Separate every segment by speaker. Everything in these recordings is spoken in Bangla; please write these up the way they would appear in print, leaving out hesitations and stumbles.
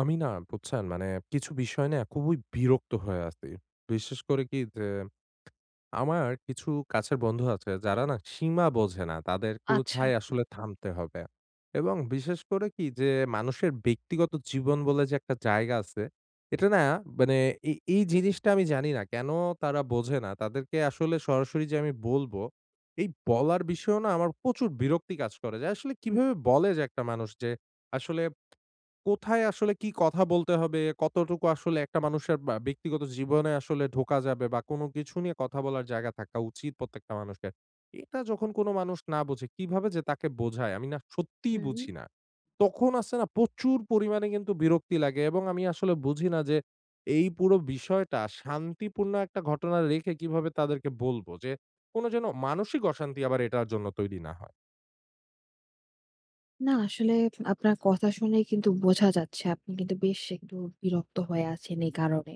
Speaker 1: আমি না বুঝছেন? মানে কিছু বিষয় নিয়ে খুবই বিরক্ত হয়ে আছি। বিশেষ করে কি যে, আমার কিছু কাছের বন্ধু আছে যারা না সীমা বোঝে না। তাদের
Speaker 2: আচ্ছা।
Speaker 1: কোথায় আসলে আচ্ছা। থামতে হবে। এবং বিশেষ করে কি যে, মানুষের ব্যক্তিগত জীবন বলে যে একটা জায়গা আছে, এটা না মানে এই এই জিনিসটা আমি জানি না কেন তারা বোঝে না। তাদেরকে আসলে সরাসরি যে আমি বলব, এই বলার বিষয়েও না আমার প্রচুর বিরক্তি কাজ করে যে আসলে কিভাবে বলে যে একটা মানুষ যে আসলে কোথায় আসলে কি কথা বলতে হবে? কতটুকু আসলে একটা মানুষের বা ব্যক্তিগত জীবনে আসলে ঢোকা যাবে বা কোনো কিছু নিয়ে কথা বলার জায়গা থাকা উচিত প্রত্যেকটা মানুষের। এটা যখন কোনো মানুষ না বোঝে, কিভাবে যে তাকে বোঝায় আমি না সত্যিই
Speaker 2: হুম।
Speaker 1: বুঝি না। তখন আছে না প্রচুর পরিমাণে কিন্তু বিরক্তি লাগে এবং আমি আসলে বুঝি না যে এই পুরো বিষয়টা শান্তিপূর্ণ একটা ঘটনা রেখে কিভাবে তাদেরকে বলব যে, কোনো যেন মানসিক অশান্তি আবার এটার জন্য তৈরি না হয়।
Speaker 2: না আসলে আপনার কথা শুনেই কিন্তু বোঝা যাচ্ছে আপনি কিন্তু বেশ একটু বিরক্ত হয়ে আছেন এই কারণে।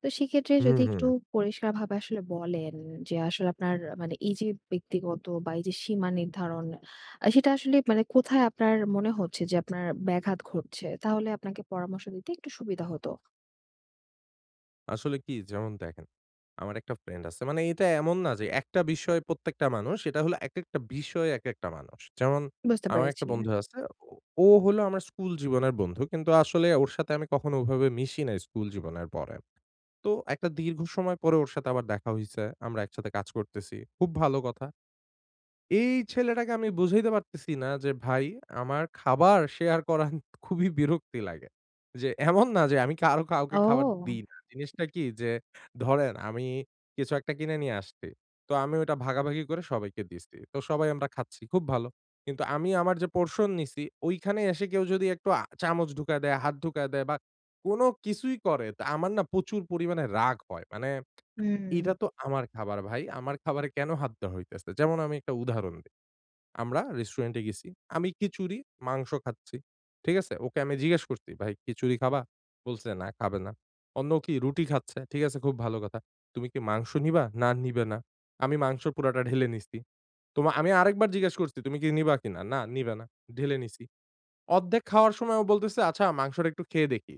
Speaker 2: তো সেক্ষেত্রে
Speaker 1: হুম,
Speaker 2: যদি
Speaker 1: হুম।
Speaker 2: একটু পরিষ্কারভাবে আসলে বলেন যে আসলে আপনার মানে এই যে ব্যক্তিগত বা এই যে সীমা নির্ধারণ সেটা আসলে মানে কোথায় আপনার মনে হচ্ছে যে আপনার ব্যাঘাত ঘটছে? তাহলে আপনাকে পরামর্শ দিতে একটু সুবিধা হতো।
Speaker 1: আসলে কি যেমন দেখেন, আমার একটা ফ্রেন্ড আছে। মানে এটা এমন না যে একটা বিষয় প্রত্যেকটা মানুষ, এটা হলো একেকটা বিষয় একেকটা মানুষ। যেমন
Speaker 2: বুঝতে
Speaker 1: আমার একটা
Speaker 2: পেরেছি।
Speaker 1: বন্ধু হুম। আছে। ও ও হলো আমার স্কুল জীবনের বন্ধু। কিন্তু আসলে ওর সাথে আমি কখনো ওভাবে মিশি নাই স্কুল জীবনের পরে। তো একটা দীর্ঘ সময় পরে ওর সাথে আবার দেখা হইছে। আমরা একসাথে কাজ করতেছি। খুব ভালো কথা। এই ছেলেটাকে আমি বুঝাইতে পারতেছি না যে ভাই আমার খাবার শেয়ার করা খুবই বিরক্তি লাগে। যে এমন না যে আমি কারো কাউকে খাবার
Speaker 2: ও!
Speaker 1: দিই না। জিনিসটা কি যে ধরেন আমি কিছু একটা কিনে নিয়ে আসছি। তো আমি ওটা ভাগাভাগি করে সবাইকে দিচ্ছি। তো সবাই আমরা খাচ্ছি। খুব ভালো। কিন্তু আমি যে পোরশন নিছি ওইখানে এসে কেউ যদি একটু চামচ ঢুকায় দেয়, হাত ঢুকায় দেয় বা কোনো কিছুই করে তা আমার না প্রচুর পরিমাণে রাগ হয়। মানে
Speaker 2: হুম।
Speaker 1: এটা তো আমার খাবার ভাই। আমার খাবারে কেন হাত দেওয়া হইতেছে? যেমন আমি একটা উদাহরণ দেই। আমরা রেস্টুরেন্টে গেছি। আমি খিচুড়ি, মাংস খাচ্ছি। ঠিক আছে? ওকে আমি জিজ্ঞেস করছি, "ভাই খিচুড়ি খাবা?" বলছে, "না, খাবে না।" অন্য কি রুটি খাচ্ছে। ঠিক আছে, খুব ভালো কথা। "তুমি কি মাংস নিবা?" "না, নিবে না।" আমি মাংস পুরাটা ঢেলে নিছি। আমি আরেকবার জিজ্ঞেস করছি, "তুমি কি নিবা কিনা?" "না, নিবে না।" ঢেলে নিছি। অর্ধেক খাওয়ার সময় ও বলতেছে, "আচ্ছা মাংসটা একটু খেয়ে দেখি।"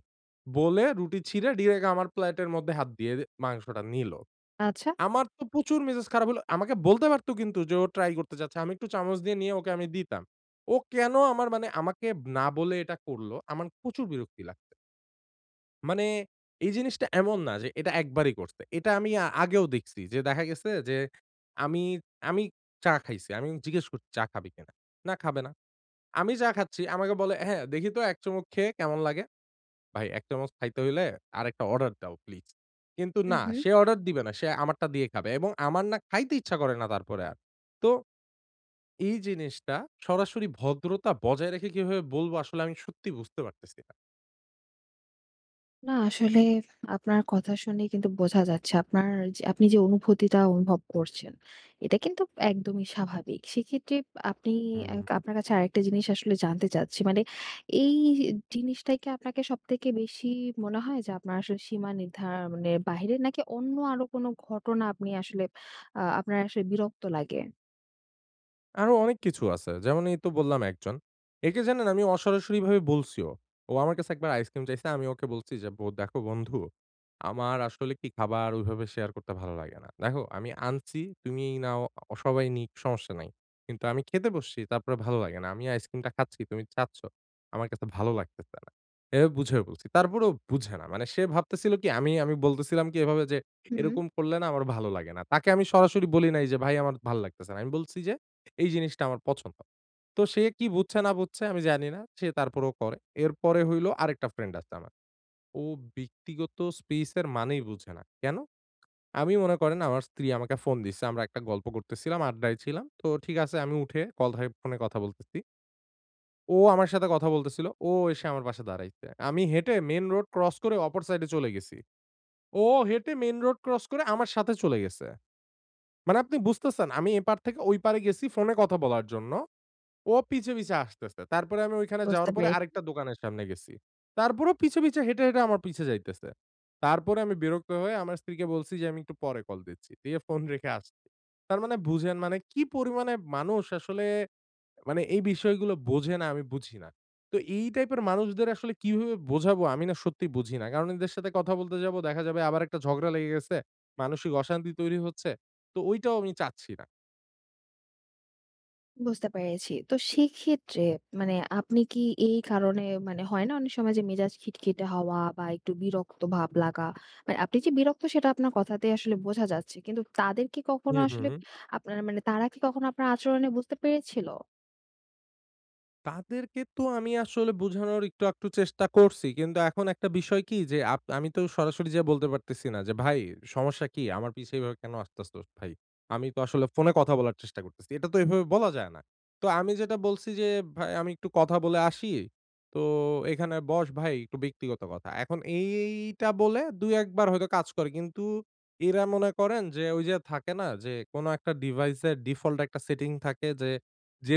Speaker 1: বলে রুটি ছিঁড়ে ডিরেক্ট আমার প্লেটের মধ্যে হাত দিয়ে মাংসটা নিল।
Speaker 2: আচ্ছা।
Speaker 1: আমার তো প্রচুর মেজাজ খারাপ হলো। আমাকে বলতে পারত কিন্তু যে ও ট্রাই করতে চাচ্ছে। আমি একটু চামচ দিয়ে নিয়ে ওকে আমি দিতাম। ও কেন আমার মানে আমাকে না বলে এটা করলো, আমার প্রচুর বিরক্তি লাগছে। মানে এই জিনিসটা এমন না যে এটা একবারই করছে। এটা আমি আগেও দেখছি যে দেখা গেছে যে আমি, আমি চা খাইছি। আমি জিজ্ঞেস করছি, "চা খাবি কিনা?" "না, খাবে না।" আমি চা খাচ্ছি। আমাকে বলে, "হ্যাঁ, দেখি তো ১ চুমুক খেয়ে কেমন লাগে?" ভাই ১ চামচ খাইতে হইলে আরেকটা অর্ডার দাও প্লিজ। কিন্তু
Speaker 2: হু,
Speaker 1: না,
Speaker 2: হু।
Speaker 1: সে অর্ডার দিবে না। সে আমারটা দিয়ে খাবে এবং আমার না খাইতে ইচ্ছা করে না তারপরে আর। তো এই জিনিসটা সরাসরি ভদ্রতা বজায় রেখে কিভাবে বলব আসলে আমি সত্যি বুঝতে পারতেছি না।
Speaker 2: না আসলে আপনার কথা শুনে কিন্তু বোঝা যাচ্ছে আপনার যে আপনি যে অনুভূতিটা অনুভব করছেন এটা কিন্তু একদমই স্বাভাবিক। সেক্ষেত্রে আপনি
Speaker 1: হুম।
Speaker 2: আপনার কাছে আরেকটা জিনিস আসলে জানতে চাচ্ছি। মানে এই জিনিসটাই কি আপনাকে সবথেকে বেশি মনে হয় যে আপনার আসলে সীমা নির্ধারণের বাহিরে নাকি অন্য আরো কোনো ঘটনা আপনি আসলে আপনার আসলে বিরক্ত লাগে?
Speaker 1: আরো অনেক কিছু আছে। যেমন এই তো বললাম একজন। একে জানেন আমি অসরাসরিভাবে বলছিও। ও আমার কাছে একবার আইসক্রিম চাইছে। আমি ওকে বলছি যে, দেখো বন্ধু, আমার আসলে কি খাবার ওইভাবে শেয়ার করতে ভালো লাগে না। দেখো আমি আনছি, তুমি নাও সবাই নিক সমস্যা নাই। কিন্তু আমি খেতে বসছি তারপরে ভালো লাগে না। আমি আইসক্রিমটা খাচ্ছি, তুমি চাচ্ছ। আমার কাছে ভালো লাগতেছে না।" এভাবে বুঝিয়ে বলছি। তারপরেও বুঝে না। মানে সে ভাবতেছিল কি আমি বলতেছিলাম কি এভাবে যে,
Speaker 2: হুম,
Speaker 1: "এরকম করলে না আমার ভালো লাগে না।" তাকে আমি সরাসরি বলি নাই যে, "ভাই আমার ভাল লাগতেছে না।" আমি বলছি যে এই জিনিসটা আমার পছন্দ। তো সে কি বুঝছে না বুঝছে আমি জানি না। সে তারপরেও করে। এরপরে হইলো আরেকটা ফ্রেন্ড আছে আমার। ও ব্যক্তিগত স্পেস এর মানেই বুঝে না। কেন? আমি মনে করেন আমার স্ত্রী আমাকে ফোন দিছে। আমরা একটা গল্প করতেছিলাম, আড্ডায় ছিলাম। তো ঠিক আছে আমি উঠে ফোনে কথা বলতেছি। ও আমার সাথে কথা বলতেছিল। ও এসে আমার পাশে দাঁড়াইছে। আমি হেঁটে মেইন রোড ক্রস করে অপর সাইডে চলে গেছি। ও হেঁটে মেইন রোড ক্রস করে আমার সাথে চলে গেছে। মানে আপনি বুঝতেছেন আমি এপার থেকে ওই পারে গেছি ফোনে কথা বলার জন্য। ও পিছে, পিছে আসতেছে। তারপরে আমি ওইখানে
Speaker 2: বুঝতে
Speaker 1: যাওয়ার পরে
Speaker 2: পেরেছি।
Speaker 1: আরেকটা দোকানের সামনে গেছি। তারপরেও পিছে, পিছে হেঁটে, হেঁটে আমার পিছে যাইতেছে। তারপরে আমি বিরক্ত হয়ে আমার স্ত্রীকে বলছি যে, "আমি একটু পরে কল দিচ্ছি।" দিয়ে ফোন রেখে আসছি। তার মানে বুঝেন মানে কি পরিমাণে মানুষ আসলে মানে এই বিষয়গুলো বোঝে না, আমি বুঝি না। তো এই টাইপের মানুষদের আসলে কিভাবে বোঝাবো আমি না সত্যিই বুঝি না। কারণ এদের সাথে কথা বলতে যাবো দেখা যাবে আবার একটা ঝগড়া লেগে গেছে, মানসিক অশান্তি তৈরি হচ্ছে। তো ওইটাও আমি চাচ্ছি না।
Speaker 2: বুঝতে পেরেছি। তো সেক্ষেত্রে মানে আপনি কি এই কারণে মানে হয় না অনেক সময় যে মেজাজ খিটখিটে হওয়া বা একটু বিরক্ত ভাব লাগা। মানে আপনি যে বিরক্ত সেটা আপনার কথাতেই আসলে বোঝা যাচ্ছে। কিন্তু তাদের কি
Speaker 1: হু,
Speaker 2: কখনো
Speaker 1: হু।
Speaker 2: আসলে আপনার মানে তারা কি কখনো আপনার আচরণে বুঝতে পেরেছিল?
Speaker 1: তাদেরকে তো আমি আসলে বোঝানোর একটু আকটু চেষ্টা করছি। কিন্তু এখন একটা বিষয় কি যে আমি তো সরাসরি যেয়ে বলতে পারতেছি না যে, "ভাই সমস্যা কি? আমার পিছে এভাবে কেন আসতেছো ভাই? আমি তো আসলে ফোনে কথা বলার চেষ্টা করতেছি। এটা তো এভাবে বলা যায় না।" তো আমি যেটা বলছি যে, "ভাই আমি একটু কথা বলে আসি। তো এখানে বস ভাই একটু ব্যক্তিগত কথা।" এখন এইটা বলে ২-১ বার হয়তো কাজ করে। কিন্তু এরা মনে করেন যে ওই যে থাকে না যে, কোনো একটা ডিভাইসের ডিফল্ট একটা সেটিং থাকে যে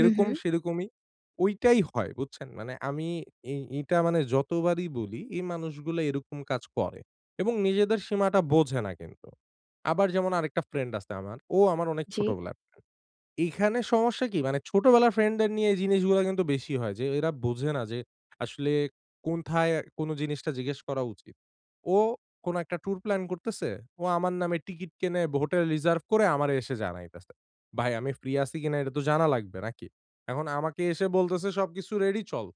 Speaker 2: হুম, হুম।
Speaker 1: সেরকমই ওইটাই হয় বুঝছেন? মানে আমি এটা মানে যতবারই বলি এই মানুষগুলা এরকম কাজ করে এবং নিজেদের সীমাটা বোঝে না কিন্তু। আবার যেমন আরেকটা ফ্রেন্ড আছে আমার। ও আমার অনেক
Speaker 2: জি,
Speaker 1: ছোটবেলার ফ্রেন্ড। এইখানে সমস্যা কি? মানে ছোটবেলার ফ্রেন্ডদের নিয়ে এই জিনিসগুলা কিন্তু বেশি হয় যে, এরা বোঝে না যে আসলে কোনথায় কোন জিনিসটা জিজ্ঞেস করা উচিত। ও কোন একটা ট্যুর প্ল্যান করতেছে। ও আমার নামে টিকিট কেনে, হোটেল রিজার্ভ করে আমারে এসে জানাইতেছে। ভাই আমি ফ্রি আছি কিনা এটা তো জানা লাগবে নাকি? এখন আমাকে এসে বলতেছে সবকিছু রেডি চল।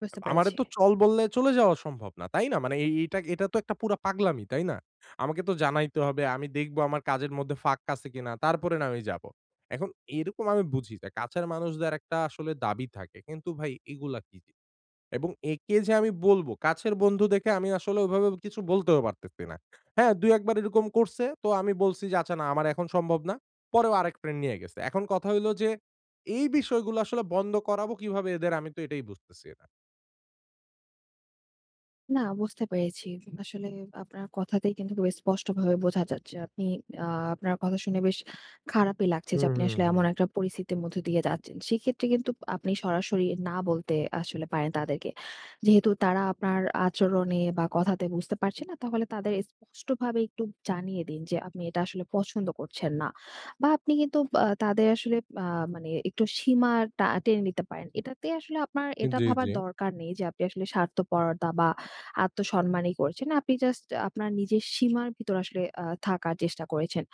Speaker 2: বুঝতে
Speaker 1: আমারে
Speaker 2: পেরেছি।
Speaker 1: তো চল বললে চলে যাওয়া সম্ভব না, তাই না? মানে এই এইটা এটা তো একটা পুরা পাগলামি, তাই না? আমাকে তো জানাইতে হবে, আমি দেখব আমার কাজের মধ্যে ফাঁক আছে কিনা, তারপরে না আমি যাবো। এখন এরকম আমি বুঝি যে কাছের মানুষদের একটা আসলে দাবি থাকে। কিন্তু ভাই এগুলা কি? যে? এবং একে যে আমি বলবো, কাছের বন্ধু দেখে আমি আসলে ওইভাবে কিছু বলতেও পারতেছি না। হ্যাঁ, ২-১ বার এরকম করছে, তো আমি বলছি যে, "আচ্ছা না, আমার এখন সম্ভব না।" পরেও আরেক ফ্রেন্ড নিয়ে গেছে। এখন কথা হইলো যে এই বিষয়গুলো আসলে বন্ধ করাবো কিভাবে এদের আমি তো এটাই বুঝতেছি না।
Speaker 2: না, বুঝতে পেরেছি। আসলে আপনার কথাতেই কিন্তু বেশ স্পষ্টভাবে বোঝা যাচ্ছে। আপনি আ আপনার কথা শুনে বেশ খারাপই লাগছে
Speaker 1: হুম,
Speaker 2: যে আপনি
Speaker 1: হুম,
Speaker 2: আসলে
Speaker 1: হুম।
Speaker 2: এমন একটা পরিস্থিতির মধ্য দিয়ে যাচ্ছেন। সেক্ষেত্রে কিন্তু আপনি সরাসরি না বলতে আসলে পারেন তাদেরকে। যেহেতু তারা আপনার আচরণে বা কথাতে বুঝতে পারছে না, তাহলে তাদের স্পষ্টভাবে একটু জানিয়ে দিন যে আপনি এটা আসলে পছন্দ করছেন না। বা আপনি কিন্তু তাদের আসলে আ মানে একটু সীমাটা টেনে নিতে পারেন। এটাতে আসলে আপনার এটা
Speaker 1: জি,
Speaker 2: ভাবার
Speaker 1: জি।
Speaker 2: দরকার নেই যে আপনি আসলে স্বার্থপরতা বা আত্মসম্মানই করছেন। আপনি জাস্ট আপনার নিজের সীমার ভিতর আসলে থাকার চেষ্টা করেছেন।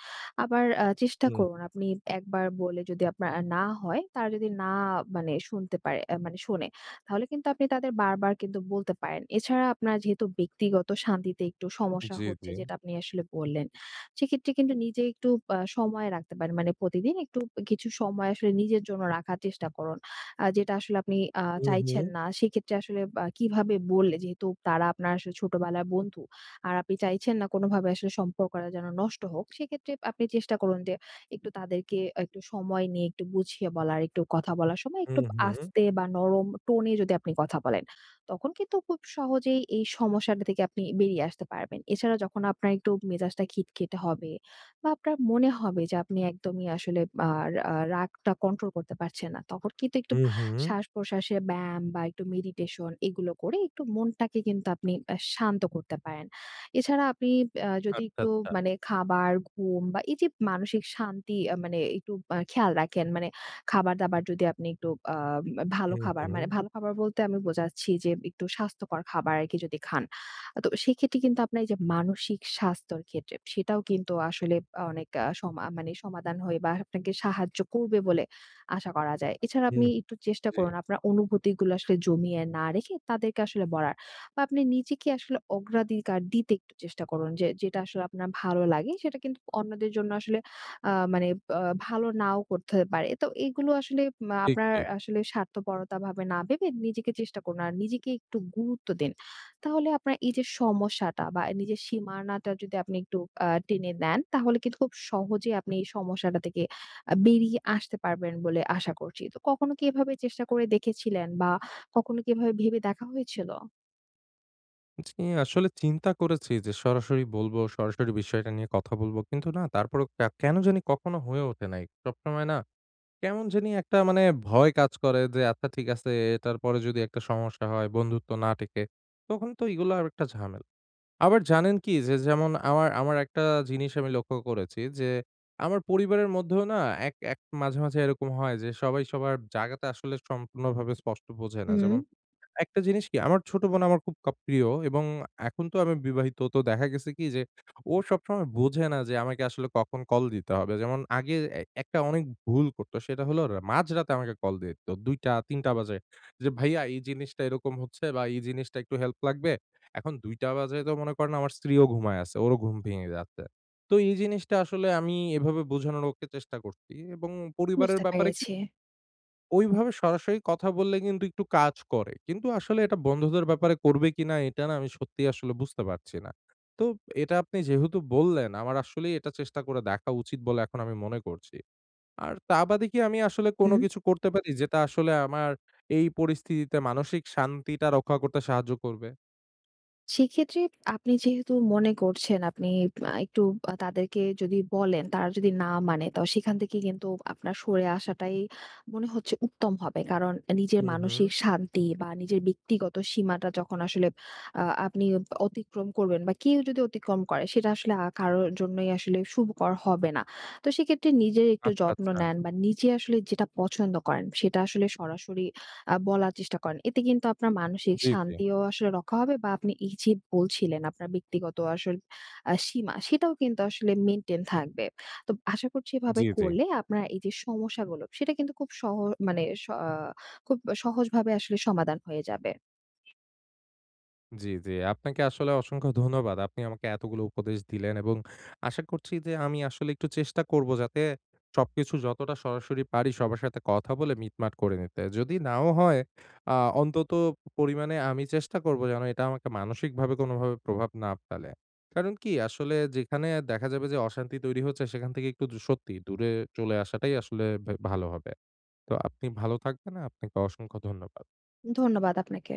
Speaker 2: আবার চেষ্টা
Speaker 1: হুম,
Speaker 2: করুন, আপনি একবার বলে যদি আপনার না হয়, তারা যদি না মানে শুনতে পারে, মানে শোনে, তাহলে কিন্তু আপনি তাদের বারবার কিন্তু বলতে পারেন। এছাড়া আপনার যেহেতু ব্যক্তিগত শান্তিতে একটু সমস্যা
Speaker 1: জি, জি।
Speaker 2: হচ্ছে, যেটা আপনি আসলে বললেন, সেক্ষেত্রে কিন্তু নিজে একটু সময় রাখতে পারেন। মানে প্রতিদিন একটু কিছু সময় আসলে নিজের জন্য রাখার চেষ্টা করুন। যেটা আসলে আপনি
Speaker 1: হুম, হুম,
Speaker 2: চাইছেন না। সেক্ষেত্রে আসলে বা কিভাবে বললে? যেহেতু তারা আপনার আসলে ছোটবেলার বন্ধু। আর আপনি চাইছেন না কোনোভাবে আসলে সম্পর্কটা যেন নষ্ট হোক। সেক্ষেত্রে আপনি চেষ্টা করুন যে একটু তাদেরকে একটু সময় নিয়ে একটু বুঝিয়ে বলার, একটু কথা বলার সময় একটু
Speaker 1: হুম, হুম,
Speaker 2: আস্তে বা নরম টোনে যদি আপনি কথা বলেন, তখন কিন্তু খুব সহজেই এই সমস্যাটা থেকে আপনি বেরিয়ে আসতে পারবেন। এছাড়া যখন আপনার একটু মেজাজটা খিটখিটে হবে বা আপনার মনে হবে যে আপনি একদমই আসলে আ আ রাগটা কন্ট্রোল করতে পারছেন না, তখন কিন্তু একটু
Speaker 1: হুম, হুম।
Speaker 2: শ্বাস-প্রশ্বাসের ব্যায়াম বা একটু মেডিটেশন এগুলো করে একটু মনটাকে কিন্তু আপনি শান্ত করতে পারেন। এছাড়া আপনি যদি
Speaker 1: আচ্ছা,
Speaker 2: একটু
Speaker 1: আচ্ছা।
Speaker 2: মানে খাবার, ঘুম বা এই যে মানসিক শান্তি মানে একটু খেয়াল রাখেন, মানে খাবার-দাবার যদি আপনি একটু ভালো
Speaker 1: হুম,
Speaker 2: খাবার,
Speaker 1: হুম,
Speaker 2: মানে ভালো খাবার বলতে আমি বোঝাচ্ছি যে একটু স্বাস্থ্যকর খাবার আরকি, যদি খান। তো সেক্ষেত্রে কিন্তু আপনার এই যে মানসিক স্বাস্থ্যর ক্ষেত্রে সেটাও কিন্তু আসলে অনেক আ সমা মানে সমাধান হয়ে বা আপনাকে সাহায্য করবে বলে আশা করা যায়। এছাড়া
Speaker 1: হুম,
Speaker 2: আপনি একটু চেষ্টা
Speaker 1: জি।
Speaker 2: করুন আপনার অনুভূতিগুলো আসলে জমিয়ে না রেখে তাদেরকে আসলে বলার। বা আপনি নিজেকে আসলে অগ্রাধিকার দিতে একটু চেষ্টা করুন। যেটা আসলে আপনার ভালো লাগে সেটা কিন্তু অন্যদের জন্য আসলে মানে আ ভালো নাও করতে পারে। তো এগুলো আসলে
Speaker 1: ঠিক,
Speaker 2: আপনার
Speaker 1: ঠিক।
Speaker 2: আসলে স্বার্থপরতা ভাবে না ভেবে নিজেকে চেষ্টা করুন। আর নিজেকে একটু গুরুত্ব দিন। তাহলে আপনার এই যে সমস্যাটা বা নিজের সীমানাটা যদি আপনি একটু টেনে নেন, তাহলে কিন্তু খুব সহজেই আপনি এই সমস্যাটা থেকে বেরিয়ে আসতে পারবেন বলে আশা করছি। তো কখনো কি এভাবে চেষ্টা করে দেখেছিলেন বা কখনো কি এভাবে ভেবে দেখা হয়েছিল?
Speaker 1: জি, আসলে চিন্তা করেছি যে সরাসরি বলবো, সরাসরি বিষয়টা নিয়ে কথা বলবো। কিন্তু না তারপরেও কেন জানি কখনো হয়ে ওঠে নাই। সবসময় না কেমন জানি একটা মানে ভয় কাজ করে যে আচ্ছা ঠিক আছে এটার পরে যদি একটা সমস্যা হয়, বন্ধুত্ব না টেকে, তখন তো এগুলো আর একটা ঝামেলা। আবার জানেন কি? যে যেমন আমার আমার একটা জিনিস আমি লক্ষ্য করেছি যে, আমার পরিবারের মধ্যেও না এক এক মাঝে, মাঝে এরকম হয় যে সবাই সবার জায়গাটা আসলে সম্পূর্ণভাবে স্পষ্ট বোঝে না।
Speaker 2: হুম,
Speaker 1: যেমন একটা জিনিস কি আমার ছোট বোন আমার খুব প্রিয় এবং এখন তো আমি বিবাহিত। তো দেখা গেছে কি যে ও সবসময় বোঝে না যে আমাকে আসলে কখন কল দিতে হবে। যেমন আগে একটা অনেক ভুল করত। সেটা হলো মাঝরাতে আমাকে কল দিয়ে দিত। ২:০০-৩:০০ বাজে যে, "ভাইয়া এই জিনিসটা এরকম হচ্ছে বা এই জিনিসটা একটু হেল্প লাগবে।" এখন ২:০০ বাজে তো মনে করেন আমার স্ত্রীও ঘুমায় আছে। ওরও ঘুম ভেঙে যাচ্ছে। তো এই জিনিসটা আসলে আমি এভাবে বোঝানোর ওকে চেষ্টা করছি এবং পরিবারের
Speaker 2: বুঝতে
Speaker 1: ব্যাপারে
Speaker 2: পেরেছি।
Speaker 1: ওইভাবে সরাসরি কথা বললে কিন্তু একটু কাজ করে। কিন্তু আসলে এটা বন্ধুদের ব্যাপারে করবে কিনা এটা না আমি সত্যিই আসলে বুঝতে পারছি না। তো এটা আপনি যেহেতু বললেন আমার আসলেই এটা চেষ্টা করে দেখা উচিত বলে এখন আমি মনে করছি। আর তা বাদে কি আমি আসলে কোনো
Speaker 2: হুম।
Speaker 1: কিছু করতে পারি যেটা আসলে আমার এই পরিস্থিতিতে মানসিক শান্তিটা রক্ষা করতে সাহায্য করবে?
Speaker 2: সেক্ষেত্রে আপনি যেহেতু মনে করছেন আপনি একটু তাদেরকে যদি বলেন, তারা যদি না মানে, তো সেখান থেকে কিন্তু আপনার সরে আসাটাই মনে হচ্ছে উত্তম হবে। কারণ নিজের
Speaker 1: হুম, হুম।
Speaker 2: মানসিক শান্তি বা নিজের ব্যক্তিগত সীমাটা যখন আসলে আপনি অতিক্রম করবেন বা কেউ যদি অতিক্রম করে, সেটা আসলে কারো জন্যই আসলে শুভকর হবে না। তো সেক্ষেত্রে নিজের একটু
Speaker 1: আচ্ছা,
Speaker 2: যত্ন
Speaker 1: আচ্ছা।
Speaker 2: নেন বা নিজে আসলে যেটা পছন্দ করেন সেটা আসলে সরাসরি বলার চেষ্টা করেন। এতে কিন্তু আপনার মানসিক
Speaker 1: জি, জি।
Speaker 2: শান্তিও আসলে রক্ষা হবে বা আপনি এই যে বলছিলেন আপনার ব্যক্তিগত আসল সীমা, সেটাও কিন্তু আসলে মেইনটেইন থাকবে। তো আশা করছি এভাবে
Speaker 1: জি, জি।
Speaker 2: করলে আপনার এই যে সমস্যাগুলো সেটা কিন্তু খুব মানে স আ খুব সহজভাবে আসলে সমাধান হয়ে যাবে।
Speaker 1: জি, জি। আপনাকে আসলে অসংখ্য ধন্যবাদ। আপনি আমাকে এতগুলো উপদেশ দিলেন এবং আশা করছি যে আমি আসলে একটু চেষ্টা করব যাতে সবকিছু যতটা সরাসরি পারি সবার সাথে কথা বলে মিটমাট করে নিতে। যদি নাও হয় আ অন্তত পরিমাণে আমি চেষ্টা করব যেন এটা আমাকে মানসিকভাবে কোনোভাবে প্রভাব না ফেলে। কারণ কি আসলে যেখানে দেখা যাবে যে অশান্তি তৈরি হচ্ছে সেখান থেকে একটু সত্যি দূরে চলে আসাটাই আসলে ভালো হবে। তো আপনি ভালো থাকবেন। আপনাকে অসংখ্য ধন্যবাদ।
Speaker 2: ধন্যবাদ আপনাকে।